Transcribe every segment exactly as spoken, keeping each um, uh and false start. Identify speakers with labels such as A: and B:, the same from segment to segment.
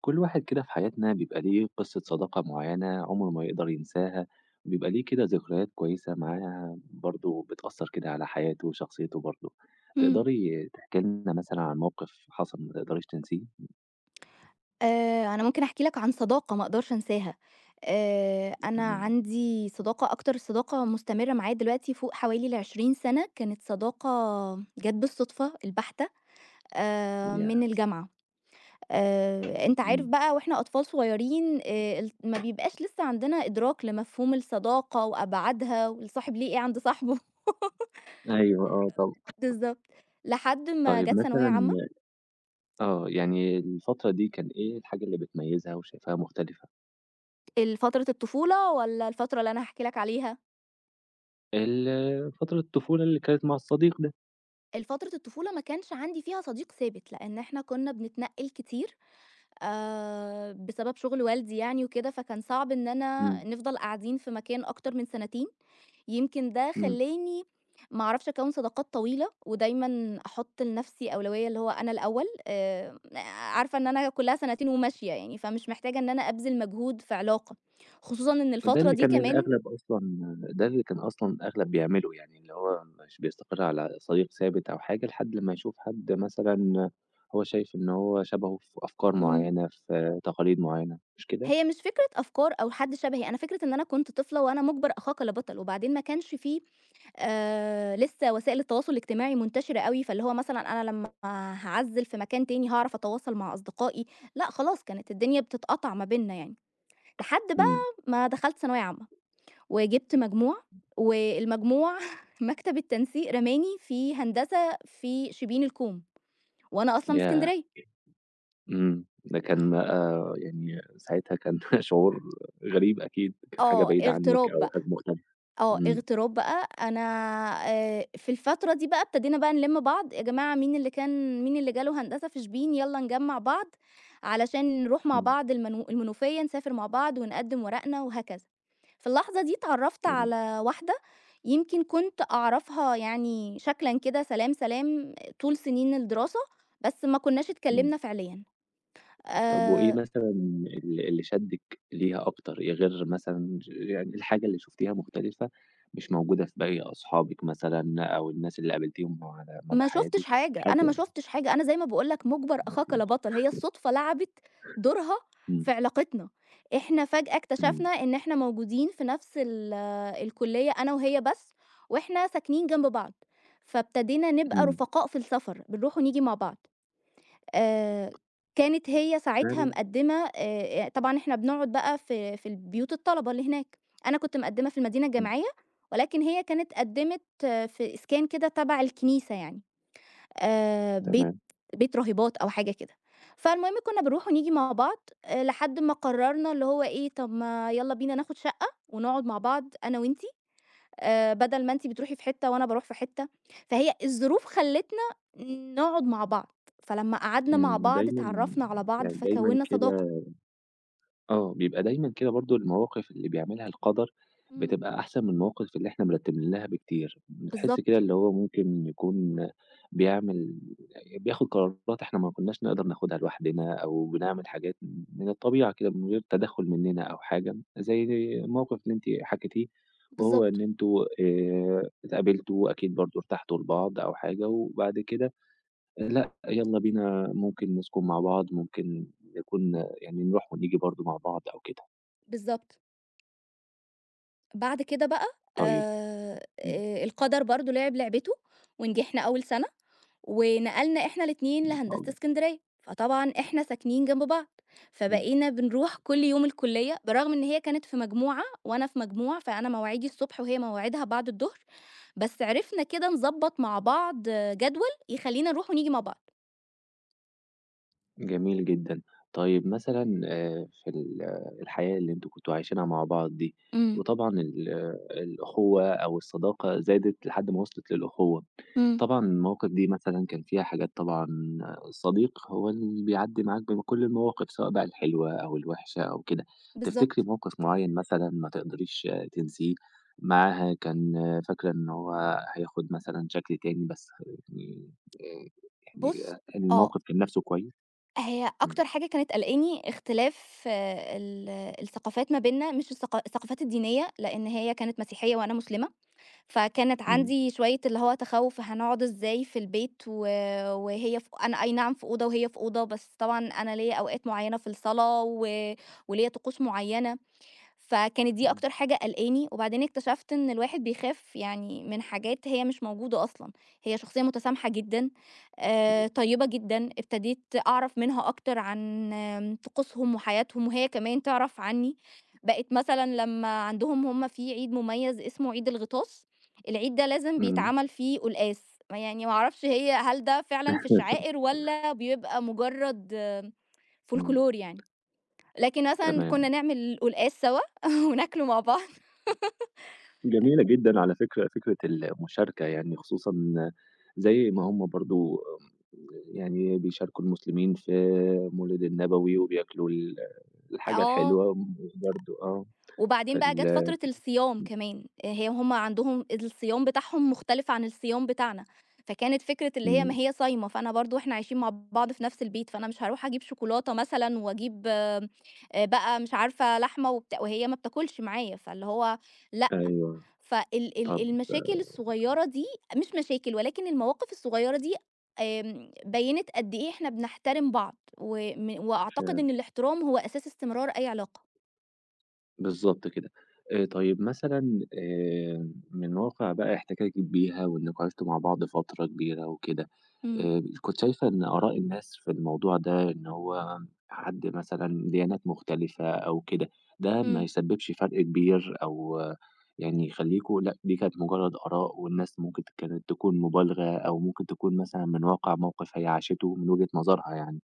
A: كل واحد كده في حياتنا بيبقى ليه قصة صداقة معينة عمره ما يقدر ينساها، وبيبقى ليه كده ذكريات كويسة معاها برضه بتأثّر كده على حياته وشخصيته برضه.
B: إمم.
A: تقدري تحكي لنا مثلًا عن موقف حصل ما تقدريش تنسيه؟
B: آآ، أنا ممكن أحكي لك عن صداقة ما أقدرش أنساها، آآ، أنا
A: تمام.
B: عندي صداقة أكتر صداقة مستمرة معايا دلوقتي فوق حوالي العشرين سنة. كانت صداقة جات بالصدفة البحتة آآ، من
A: ياه!
B: الجامعة. آآ، أنت عارف
A: إمم.
B: بقى وإحنا أطفال صغيرين، آآ، ال ما بيبقاش لسه عندنا إدراك لمفهوم الصداقة وأبعادها، والصاحب ليه إيه عند صاحبه.
A: أيوه، آه، طبعًا.
B: بالضبط. لحد ما
A: طيب،
B: جات ثانوية
A: مثلًا
B: عامة.
A: آه، يعني الفترة دي كان إيه الحاجة اللي بتميّزها وشايفاها مختلفة؟
B: ال فترة الطفولة والّا الفترة اللي أنا هاحكي لك عليها؟
A: ال فترة الطفولة اللي كانت مع الصديق ده.
B: الفترة الطفولة ما كانش عندي فيها صديق ثابت، لإن إحنا كنا بنتنقل كتير آآ، بسبب شغل والدي يعني وكده، فكان صعب إن أنا
A: إمم.
B: نفضل قاعدين في مكان أكتر من سنتين. يمكن ده
A: إمم.
B: خلّاني ما أعرفش أكوّن صداقات طويلة، ودايمًا أحط لنفسي أولوية اللي هو أنا الأول. آآ، عارفة إن أنا كلّها سنتين وماشية يعني، فمش محتاجة إن أنا أبذل مجهود في علاقة، خصوصًا إن
A: ده
B: الفترة
A: اللي
B: دي
A: كان
B: كمان.
A: الأغلب أصلًا ده اللي كان أصلًا الأغلب بيعمله، يعني اللي هو مش بيستقر على صديق ثابت أو حاجة لحد لمّا يشوف حد مثلًا هو شايف إن هو شبهه في أفكار
B: إمم.
A: معيّنة، في تقاليد معيّنة، مش كده؟
B: هي مش فكرة أفكار أو حد شبهي، أنا فكرة إن أنا كنت طفلة وأنا مُجبَر أخاك لبطل، وبعدين ما كانش في آآ لسه وسائل التواصل الاجتماعي منتشرة أوي، فاللي هو مثلًا أنا لمّا هاعزِّل في مكان تاني هاعرف أتواصل مع أصدقائي. لأ، خلاص كانت الدنيا بتتقطع ما بيننا يعني. لحد
A: إمم.
B: بقى ما دخلت ثانوية عامة، وجِبت مجموع، والمجموع مكتب التنسيق رماني في هندسة في شبين الكوم، وأنا أصلًا من
A: ياه!
B: إسكندرية.
A: إمم، ده كان بقى يعني ساعتها كان شعور غريب أكيد، كان حاجة
B: آه،
A: بعيدة عنِّك
B: اغتراب
A: أو
B: بقى.
A: حاجة مختلفة.
B: آه،
A: إمم.
B: اغتراب بقى أنا آآ في الفترة دي بقى ابتدينا بقى نلِم بعض. يا جماعة، مين اللي كان مين اللي جاله هندسة في شبين يالّا نجمّع بعض علشان نروح مع
A: إمم.
B: بعض المنو المنوفية، نسافر مع بعض ونقدّم ورقنا وهكذا. في اللحظة دي اتعرّفت
A: إمم.
B: على واحدة يمكن كنت أعرفها يعني شكلًا كده سلام، سلام طول سنين الدراسة، بس ما كناش
A: إمم.
B: اتكلّمنا فعليًا.
A: طب، وإيه
B: آآ
A: مثلًا ال اللي شدِّك ليها أكتر، إيه غير مثلًا ج يعني الحاجة اللي شُفتيها مختلفة مش موجودة في باقي أصحابِك مثلًا أو الناس اللي قابلتيهم على مدى
B: ما شُفتش
A: حياتِك،
B: حاجة. أنا ما
A: حاجة،
B: شُفتش حاجة. أنا زي ما باقول لك مُجبر
A: ما
B: أخاك لا
A: فيش.
B: بطل. هي الصُدفة لعبِت دورها
A: إمم.
B: في علاقتنا. إحنا فجأة
A: إمم.
B: اكتشفنا إن إحنا موجودين في نفس ال الكُلّية أنا وهي بس، وإحنا ساكنين جنب بعض، فابتدينا نبقى
A: إمم.
B: رُفقاء في السفر، بنروح ونيجي مع بعض. آآ كانت هي ساعتها
A: فعلًا.
B: مقدّمة، آآ طبعًا إحنا بنقعد بقى في في البيوت الطلبة اللي هناك. أنا كنت مقدّمة في المدينة
A: إمم.
B: الجامعية، ولكن هي كانت قدّمت آه، في إسكان كده تبع الكنيسة يعني. آآ بيت
A: تمام.
B: بيت راهبات أو حاجة كده. فالمهم كنا بنروح ونيجي مع بعض آآ لحد ما قررنا اللي هو إيه، طب ما يالّا بينا ناخد شقة ونقعد مع بعض أنا وأنتِ، آآ بدل ما أنتِ بتروحي في حتة وأنا باروح في حتة. فهي الظروف خلّتنا نقعد مع بعض، فلمّا قعدنا مع
A: إمم،
B: بعض
A: دايمًا،
B: اتعرّفنا على بعض
A: يعني دايمًا
B: فكوّنا صداقة.
A: كده، آه، بيبقى دايمًا كده برضه المواقف اللي بيعملها القدر
B: إمم.
A: بتبقى أحسن من المواقف اللي إحنا مرتبين لها بكتير، بتحس كده
B: بالضبط،
A: اللي هو ممكن يكون بيعمل بياخد قرارات إحنا ما كناش نقدر ناخدها لوحدنا، أو بنعمل حاجات من الطبيعة كده من غير تدخُّل مننا أو حاجة، زي الموقف اللي أنتِ حكيتيه، وهو إن
B: بالضبط،
A: أنتم آآ اتقابلتوا أكيد برضه ارتحتوا لبعض أو حاجة، وبعد كده لأ، يالّا بينا ممكن نسكن مع بعض، ممكن نكون يعني نروح ونيجي برضه مع بعض أو كده.
B: بالضبط. بعد كده بقى
A: طيب.
B: آآ،
A: إمم.
B: آآ القدر برضه لعب لعبته، ونجحنا أول سَنة. ونقلنا إحنا الاتنين
A: ما شاء
B: لهندسة
A: الله.
B: إسكندرية، فطبعًا إحنا ساكنين جنب بعض.
A: إمم.
B: فبقينا بنروح كل يوم الكلية برغم إن هي كانت في مجموعة وأنا في مجموع، فأنا مواعيدي الصبح وهي مواعيدها بعد الضهر. بس عرفنا كده نضبّط مع بعض آه، جدول يخلّينا نروح ونيجي مع بعض.
A: جميل جدًا. طيب، مثلًا آآ في ال الحياة اللي أنتم كنتم عايشينها مع بعض دي،
B: إمم،
A: وطبعًا ال الأخوة أو الصداقة زادت لحد ما وصلت للأخوة.
B: إمم.
A: طبعًا المواقف دي مثلًا كان فيها حاجات طبعًا، صديق هو اللي بيعدّي معاك بكل المواقف، سواء بقى الحلوة أو الوحشة أو كده. تفتكري
B: بالضبط.
A: موقف معيّن مثلًا ما تقدريش تنسيه معاها، كان فاكرة إن هو هياخد مثلًا شكل تاني بس، يعني
B: بُص.
A: آآ، يعني
B: آه،
A: الموقف كان نَفْسه كويس؟
B: هي
A: إمم.
B: أكتر حاجة كانت قلقاني اختلاف آه، ال الثقافات ما بيننا. مش الثق الثقافات الدينية، لإن هي كانت مسيحية وأنا مسلمة. فكانت
A: إمم.
B: عندي شوية اللي هو تخوُّف هنقعد إزاي في البيت و وهي ف أنا أي نعم في أوضة وهي في أوضة، بس طبعًا أنا ليّا أوقات معيّنة في الصلاة و وليّا طقوس معيّنة. فكانت دي
A: إمم.
B: أكتر حاجة قلقاني، وبعدين اكتشفت إن الواحد بيخاف يعني من حاجات هي مش موجودة أصلًا. هي شخصية متسامحة جدًا، آآ طيبة جدًا. ابتديت أعرف منها أكتر عن آم، طقوسهم وحياتهم، وهي كمان تعرف عني. بقت مثلًا لمّا عندهم هم في عيد مميز اسمه عيد الغطاس. العيد ده لازم
A: إمم.
B: بيتعمل فيه قلقاس، يعني ما أعرفش هي هل ده فعلًا في الشعائر والّا بيبقى مجرد آه،
A: إمم.
B: فولكلور يعني. لكن مثلًا كنا
A: تمام.
B: نعمل قلقاس سوا وناكله مع بعض.
A: جميلة جدًا. على فكرة، فكرة المشاركة يعني، خصوصًا زي ما هم برضه يعني بيشاركوا المسلمين في المولد النبوي وبياكلوا ال الحاجة
B: آه،
A: الحلوة، وبرضه آه،
B: وبعدين بقى جات
A: فال
B: فترة الصيام كمان. هي هُم عندهم الصيام بتاعهم مختلف عن الصيام بتاعنا، فكانت فكرة اللي هي ما
A: إمم.
B: هي صايمة. فأنا برضه إحنا عايشين مع بعض في نفس البيت، فأنا مش هاروح أجيب شوكولاتة مثلًا وأجيب آآ بقى مش عارفة لحمة وبت وهي ما بتاكلش معايا. فاللي هو لأ،
A: أيوه.
B: فال ال
A: طب
B: المشاكل الصغيّرة دي مش مشاكل، ولكن المواقف الصغيّرة دي آمم، بيّنت قد إيه إحنا بنحترم بعض. وم
A: ف
B: وأعتقد إن الاحترام هو أساس استمرار أي علاقة.
A: بالضبط كده. آآ طيب، مثلًا آآ من واقع بقى احتكاكِك بيها وإنكم عِشتوا مع بعض فترة كبيرة وكده،
B: إمم،
A: آآ كنت شايفة إن آراء الناس في الموضوع ده إن هو حد مثلًا ديانات مختلفة أو كده، ده ما
B: إمم،
A: يسبّبش فرق كبير أو آه، يعني يخلّيكم لأ، دي كانت مجرّد آراء والناس ممكن ت كانت تكون مبالغة، أو ممكن تكون مثلًا من واقع موقف هي عاشته من وجهة نظرها يعني.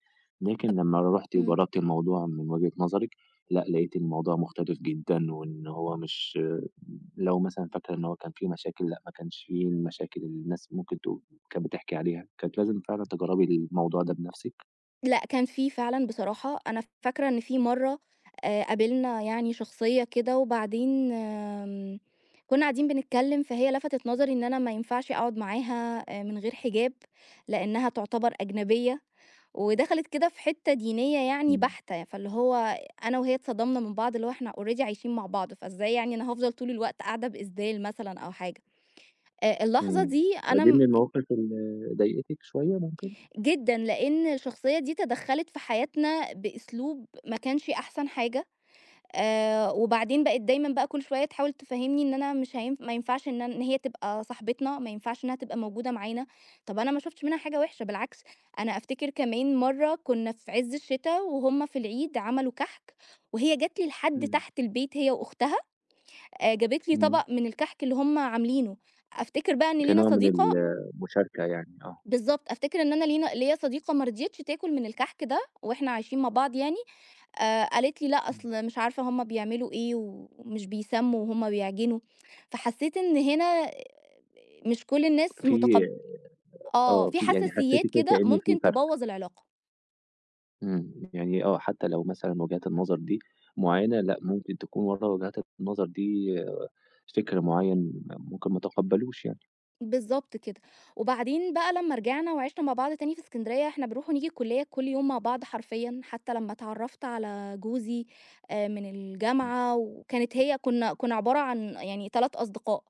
A: لكن
B: أب
A: لمّا رُحتِ
B: إمم.
A: وجرّبتِ الموضوع من وجهة نظرِك لأ، لقيت الموضوع مختلف جدًا، وإن هو مش لو مثلًا فاكرة إن هو كان في مشاكل، لأ ما كانش في المشاكل اللي الناس ممكن تقول كانت بتحكي عليها، كانت لازم فعلًا تجربي الموضوع ده بنفسِك.
B: لأ، كان في فعلًا. بصراحة أنا فاكرة إن في مرّة آآ قابلنا يعني شخصية كده، وبعدين آمم، كُنّا قاعدين بنتكلّم فهي لفتت نظري إن أنا ما ينفعش أقعد معاها آآ من غير حجاب، لإنّها تعتبر أجنبية. ودخلت كده في حتّة دينية يعني
A: إمم.
B: بحتة. فاللي هو أنا وهي اتصدمنا من بعض، اللي هو إحنا already عايشين مع بعض، فإزاي يعني أنا هافضل طول الوقت قاعدة بإسدال مثلًا أو حاجة. آآ اللحظة
A: إمم.
B: دي أنا
A: فدي
B: م
A: من المواقف اللي ضايقتِك شوية ممكن؟
B: جدًا، لإن الشخصية دي تدخّلت في حياتنا بأسلوب ما كانش أحسن حاجة. آآ وبعدين بقِت دايمًا بقى كل شوية تحاول تفهّمني إن أنا مش هينف ما ينفعش إن أن إن هي تبقى صاحبتنا، ما ينفعش إنّها تبقى موجودة معانا. طَب أنا ما شُفتش منها حاجة وِحشة، بالعكس. أنا أفتكر كمان مرّة كُنّا في عِز الشتا وهُم في العيد عملوا كَحك، وهي جات لي لحد
A: إمم.
B: تحت البيت هي وأختها، آآ جابت لي
A: إمم.
B: طبق من الكَحك اللي هُم عاملينه. أفتكر بقى إن لينا
A: كنوع من
B: صديقة.
A: المشاركة يعني، آه.
B: بالضبط. أفتكر إن أنا لينا ليّا صديقة ما رضيتش تاكل من الكحك ده وإحنا عايشين مع بعض يعني. آآ قالت لي: "لأ،
A: إمم.
B: أصل مش عارفة هُم بيعملوا إيه ومش بيسمّوا وهُم بيعجنوا." فحسّيت إن هنا مش كل الناس
A: في
B: متقب آه،
A: آه،
B: في
A: في يعني
B: حساسيات
A: حسيتِ كده
B: كده
A: كأن في
B: ممكن
A: فرق.
B: تبوّظ العلاقة.
A: إمم، يعني آه، حتى لو مثلًا وجهات النظر دي معيّنة، لأ ممكن تكون ورا وجهات النظر دي آه، فكر معيّن ممكن ما تقبّلوش يعني.
B: بالضبط كده. وبعدين بقى لمّا رجعنا وعِشنا مع بعض تاني في إسكندرية، إحنا بنروح ونيجي الكُلّية كل يوم مع بعض حرفيًا، حتّى لمّا اتعرّفت على جوزي آآ من
A: إمم.
B: الجامعة، وكانت هي كُنّا كُنّا عبارة عن يعني 3 أصدقاء.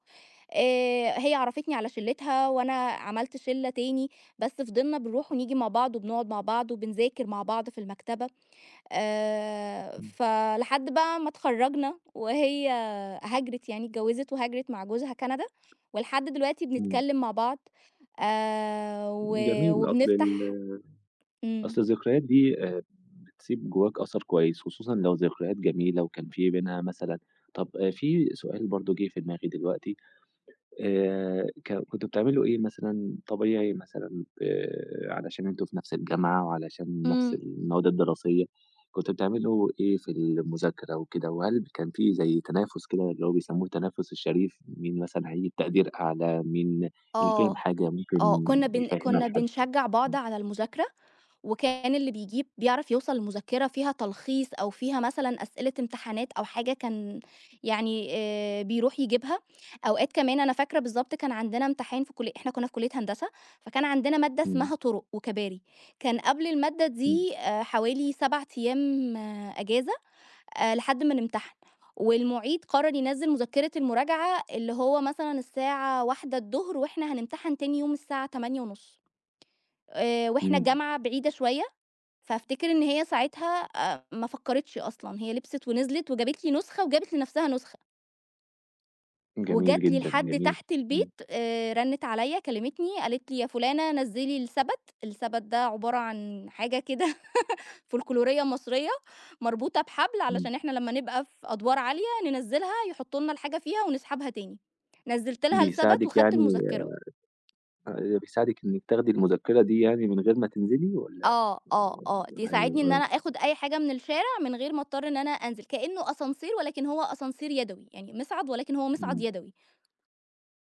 B: آآ هي عرّفتني على شِلِّتها وأنا عملت شِلّة تاني، بس فضلنا بنروح ونيجي مع بعض وبنقعد مع بعض وبنذاكر مع بعض في المكتبة. آآ، فلحد بقى ما اتخرّجنا وهي هاجرت، يعني اتجوّزت وهاجرت مع جوزها كندا، ولحد دلوقتي
A: إمم.
B: بنتكلّم مع بعض آآ، و
A: إمم. جميل. أصل ال
B: وبنفتح. إمم،
A: أصل الذكريات دي آآ، بتسيب جواك أثر كويس، خصوصًا لو ذكريات جميلة وكان في بينها مثلًا. طَب آه، في سؤال برضه جِه في دماغي دلوقتي، آآ ك كنتوا بتعملوا إيه مثلًا طبيعي، مثلًا آآ علشان أنتم في نفس الجامعة وعلشان نفس
B: إمم.
A: المواد الدراسية، كنتوا بتعملوا إيه في المذاكرة وكده؟ وهل كان في زي تنافس كده اللي هو بيسموه تنافس الشريف، مين مثلًا هيجيب تقدير أعلى، مين اللي فاهم
B: آه،
A: حاجة
B: آه،
A: ممكن
B: كنا بن
A: يفهمها
B: كنا
A: لحد؟
B: بنشجّع بعض على المذاكرة. وكان اللي بيجيب بيعرف يوصل لمذكرة فيها تلخيص أو فيها مثلًا أسئلة امتحانات أو حاجة كان يعني آآ بيروح يجيبها. أوقات كمان أنا فاكرة بالضبط كان عندنا امتحان في كُلّية، إحنا كنا في كُلّية هندسة، فكان عندنا مادة
A: إمم.
B: اسمها طُرُق وكباري. كان قبل المادة
A: إمم.
B: دي آآ حوالي 7 أيام آه، إجازة آآ لحد ما نمتحن. والمُعيد قرر ينزّل مذكرة المراجعة اللي هو مثلًا الساعة واحدة، وإحنا هنمتحن تاني يوم الساعة تمانية ونص، آآ وإحنا
A: إمم.
B: الجامعة بعيدة شوية. فافتكر إن هي ساعتها آآ ما فكّرتش أصلًا، هي لبست ونزلت وجابت لي نسخة وجابت لنفسها نسخة،
A: جميل
B: وجات لي
A: جدًا.
B: لحد
A: جميل.
B: تحت
A: إمم.
B: البيت. آآ رنّت عليّا كلمتني، قالت لي: "يا فُلانة نزّلي السَبَت." السَبَت ده عبارة عن حاجة كده فولكلورية مصرية مربوطة بحبل،
A: إمم.
B: علشان إحنا لمّا نبقى في أدوار عالية ننزّلها، يحطّوا لنا الحاجة فيها ونسحبها تاني. نزّلت لها الثبت
A: بيساعدك
B: وخدت
A: يعني،
B: المذكرة.
A: آآ بيساعدِك إنِّك تاخدي المذكرة دي يعني من غير ما تنزلي والّا
B: آه، آه، آه،
A: والّا أيوه،
B: تساعدني إن
A: آه.
B: أنا آخُد أي حاجة من الشارع من غير ما أضطر إن أنا أنزل. كإنه أسانسير، ولكن هو أسانسير يدوي. يعني مِصعَد، ولكن هو مِصعَد
A: إمم.
B: يدوي.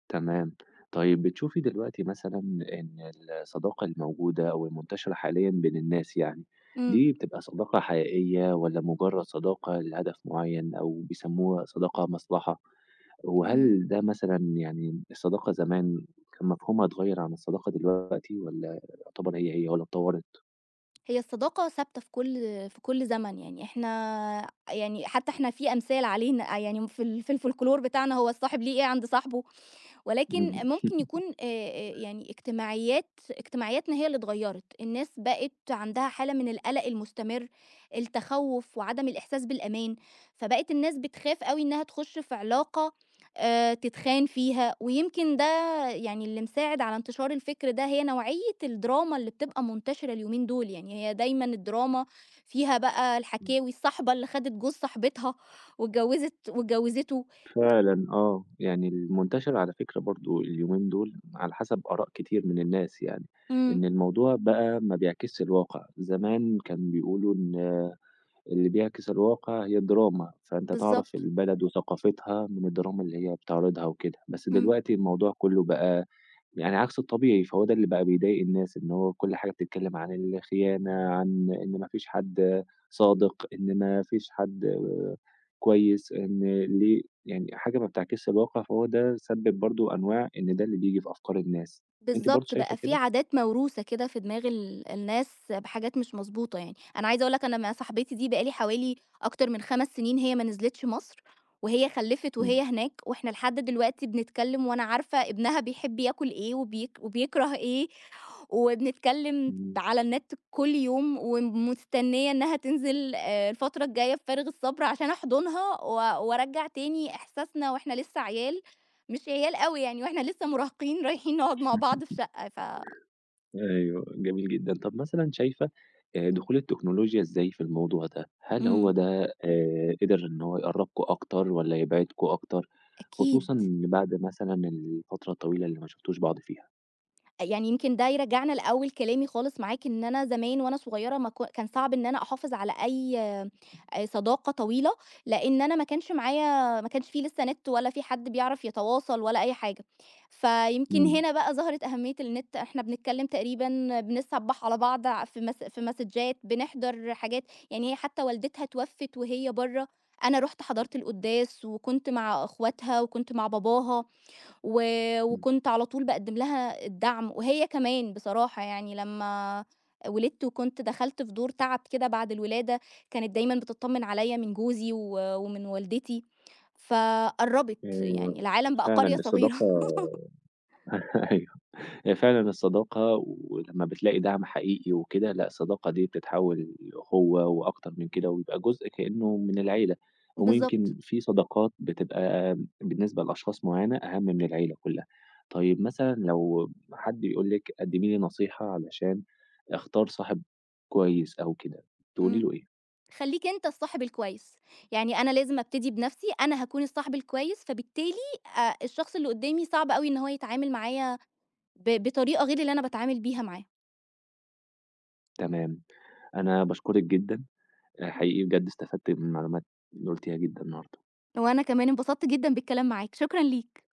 A: تمام. طيب، بتشوفي دلوقتي مثلًا إن الصداقة الموجودة أو المنتشرة حاليًا بين الناس يعني،
B: إمم،
A: دي بتبقى صداقة حقيقية والّا مجرد صداقة لهدف معيّن أو بيسموها صداقة مصلحة؟
B: إمم.
A: وهل ده مثلًا يعني الصداقة زمان كان مفهومها اتغيّر عن الصداقة دلوقتي، والّا يعتبر هي، هي والّا اتطوّرت؟
B: هي الصداقة ثابتة في كل في كل زمن. يعني إحنا، يعني حتّى إحنا في أمثال عليه، ن يعني في ال في الفولكلور بتاعنا، هو الصاحب ليه إيه عند صاحبه. ولكن
A: إمم.
B: ممكن يكون آآ، آآ، يعني اجتماعيات اجتماعياتنا هي اللي اتغيّرت. الناس بقت عندها حالة من القلق المستمر، التخوّف وعدم الإحساس بالأمان. فبقت الناس بتخاف أوي إنها تخُش في علاقة آآ، تتخان فيها، ويمكن ده يعني اللي مساعد على انتشار الفكر ده هي نوعية الدراما اللي بتبقى منتشرة اليومين دول. يعني هي دايمًا الدراما فيها بقى الحكاوي، الصاحبة اللي خدت جوز صاحبتها واتجوّزت واتجوّزته.
A: فعلًا. آه، يعني المنتشر على فكرة برضه اليومين دول على حسب آراء كتير من الناس يعني،
B: إمم،
A: إن الموضوع بقى ما بيعكسش الواقع، زمان كان بيقولوا إن اللي بيعكس الواقع هي الدراما، فأنت تعرف
B: بالضبط،
A: البلد وثقافتها من الدراما اللي هي بتعرضها وكده، بس
B: إمم.
A: دلوقتي الموضوع كله بقى يعني عكس الطبيعي، فهو ده اللي بقى بيضايق الناس، إن هو كل حاجة بتتكلم عن الخيانة، عن إن ما فيش حد صادق، إن ما فيش حد آه، كويس، إن ليه يعني حاجة ما بتعكسش الواقع، فهو ده سبِّب برضه أنواع إن ده اللي بييجي في أفكار الناس. أنتِ برضه
B: بالضبط،
A: شايفة
B: بقى في
A: كده؟
B: عادات موروثة كده في دماغ ال الناس بحاجات مش مضبوطة يعني. أنا عايزة أقول لك أنا مع صاحبتي دي بقى لي حوالي أكتر من 5 سنين هي ما نزلتش مصر، وهي خلّفت
A: إمم.
B: وهي هناك. وإحنا لحد دلوقتي بنتكلم، وأنا عارفة ابنها بيحب ياكل إيه وبيك وبيكره إيه. وبنتكلم
A: إمم.
B: على النت كل يوم، ومستنية إنها تنزل آآ الفترة الجاية بفارغ الصبر، عشان أحضنها و وأرجّع تاني إحساسنا، وإحنا لسه عيال. مش عيال أوي يعني، وإحنا لسه مراهقين رايحين نقعد مع بعض في شقة. ف
A: أيوه، جميل جدًا. طب، مثلًا شايفة آآ دخول التكنولوجيا إزاي في الموضوع ده؟ هل هو
B: إمم،
A: ده آآ قدر إن هو يقرّبكم أكتر والّا يبعدكم أكتر،
B: أكيد.
A: خصوصًا بعد مثلًا الفترة الطويلة اللي ما شفتوش بعض فيها؟
B: يعني يمكن ده يرجّعنا لأول كلامي خالص معاك، إن أنا زمان وأنا صغيرة ما ك كان صعب إن أنا أحافظ على أي آآ صداقة طويلة، لإن أنا ما كانش معايا ما كانش في لسه نت ولا في حد بيعرف يتواصل ولا أي حاجة. فيمكن
A: إمم.
B: هنا بقى ظهرت أهمية النت. إحنا بنتكلّم تقريبًا بنتصبّح على بعض ع في مس في مسدجات، بنحضر حاجات. يعني هي حتى والدتها اتوفّت وهي برّه. أنا رُحت حضرت القُدّاس، وكنت مع أخواتها وكنت مع باباها. و
A: إمم.
B: وكنت على طول باقدّم لها الدعم. وهي كمان بصراحة يعني لمّا ولدت وكنت دخلت في دور تعب كده بعد الولادة، كانت دايمًا بتطمّن عليّا من جوزي و ومن والدتي. فقرّبت.
A: آآ
B: يعني العالم بقى
A: فعلًا
B: قرية صغيرة.
A: الصداقة. ايوه، هي فعلًا الصداقة ولمّا بتلاقي دعم حقيقي وكده، لأ الصداقة دي بتتحوّل لأخوة وأكتر من كده، ويبقى جزء كإنه من العيلة،
B: بالضبط.
A: ويمكن في صداقات بتبقى بالنسبة لأشخاص معيّنة أهم من العيلة كلّها. طيب، مثلًا لو حد بيقول لِك قدّمي لي نصيحة علشان أختار صاحب كويس أو كده، تقولي
B: إمم.
A: له إيه؟
B: خلّيك أنت الصاحب الكويس، يعني أنا لازم أبتدي بنَفْسي. أنا هاكون الصاحب الكويس، فبالتالي آآ الشخص اللي قدّامي صعب أوي إن هو يتعامل معايا ب بطريقة غير اللي أنا باتعامل بيها معاه.
A: تمام. أنا باشكرِك جدًا،
B: إمم.
A: حقيقي بجد استفدت من المعلومات اللي قُلتيها جدًا النهارده.
B: وأنا كمان انبسطت جدًا بالكلام معاك، شكرًا ليك.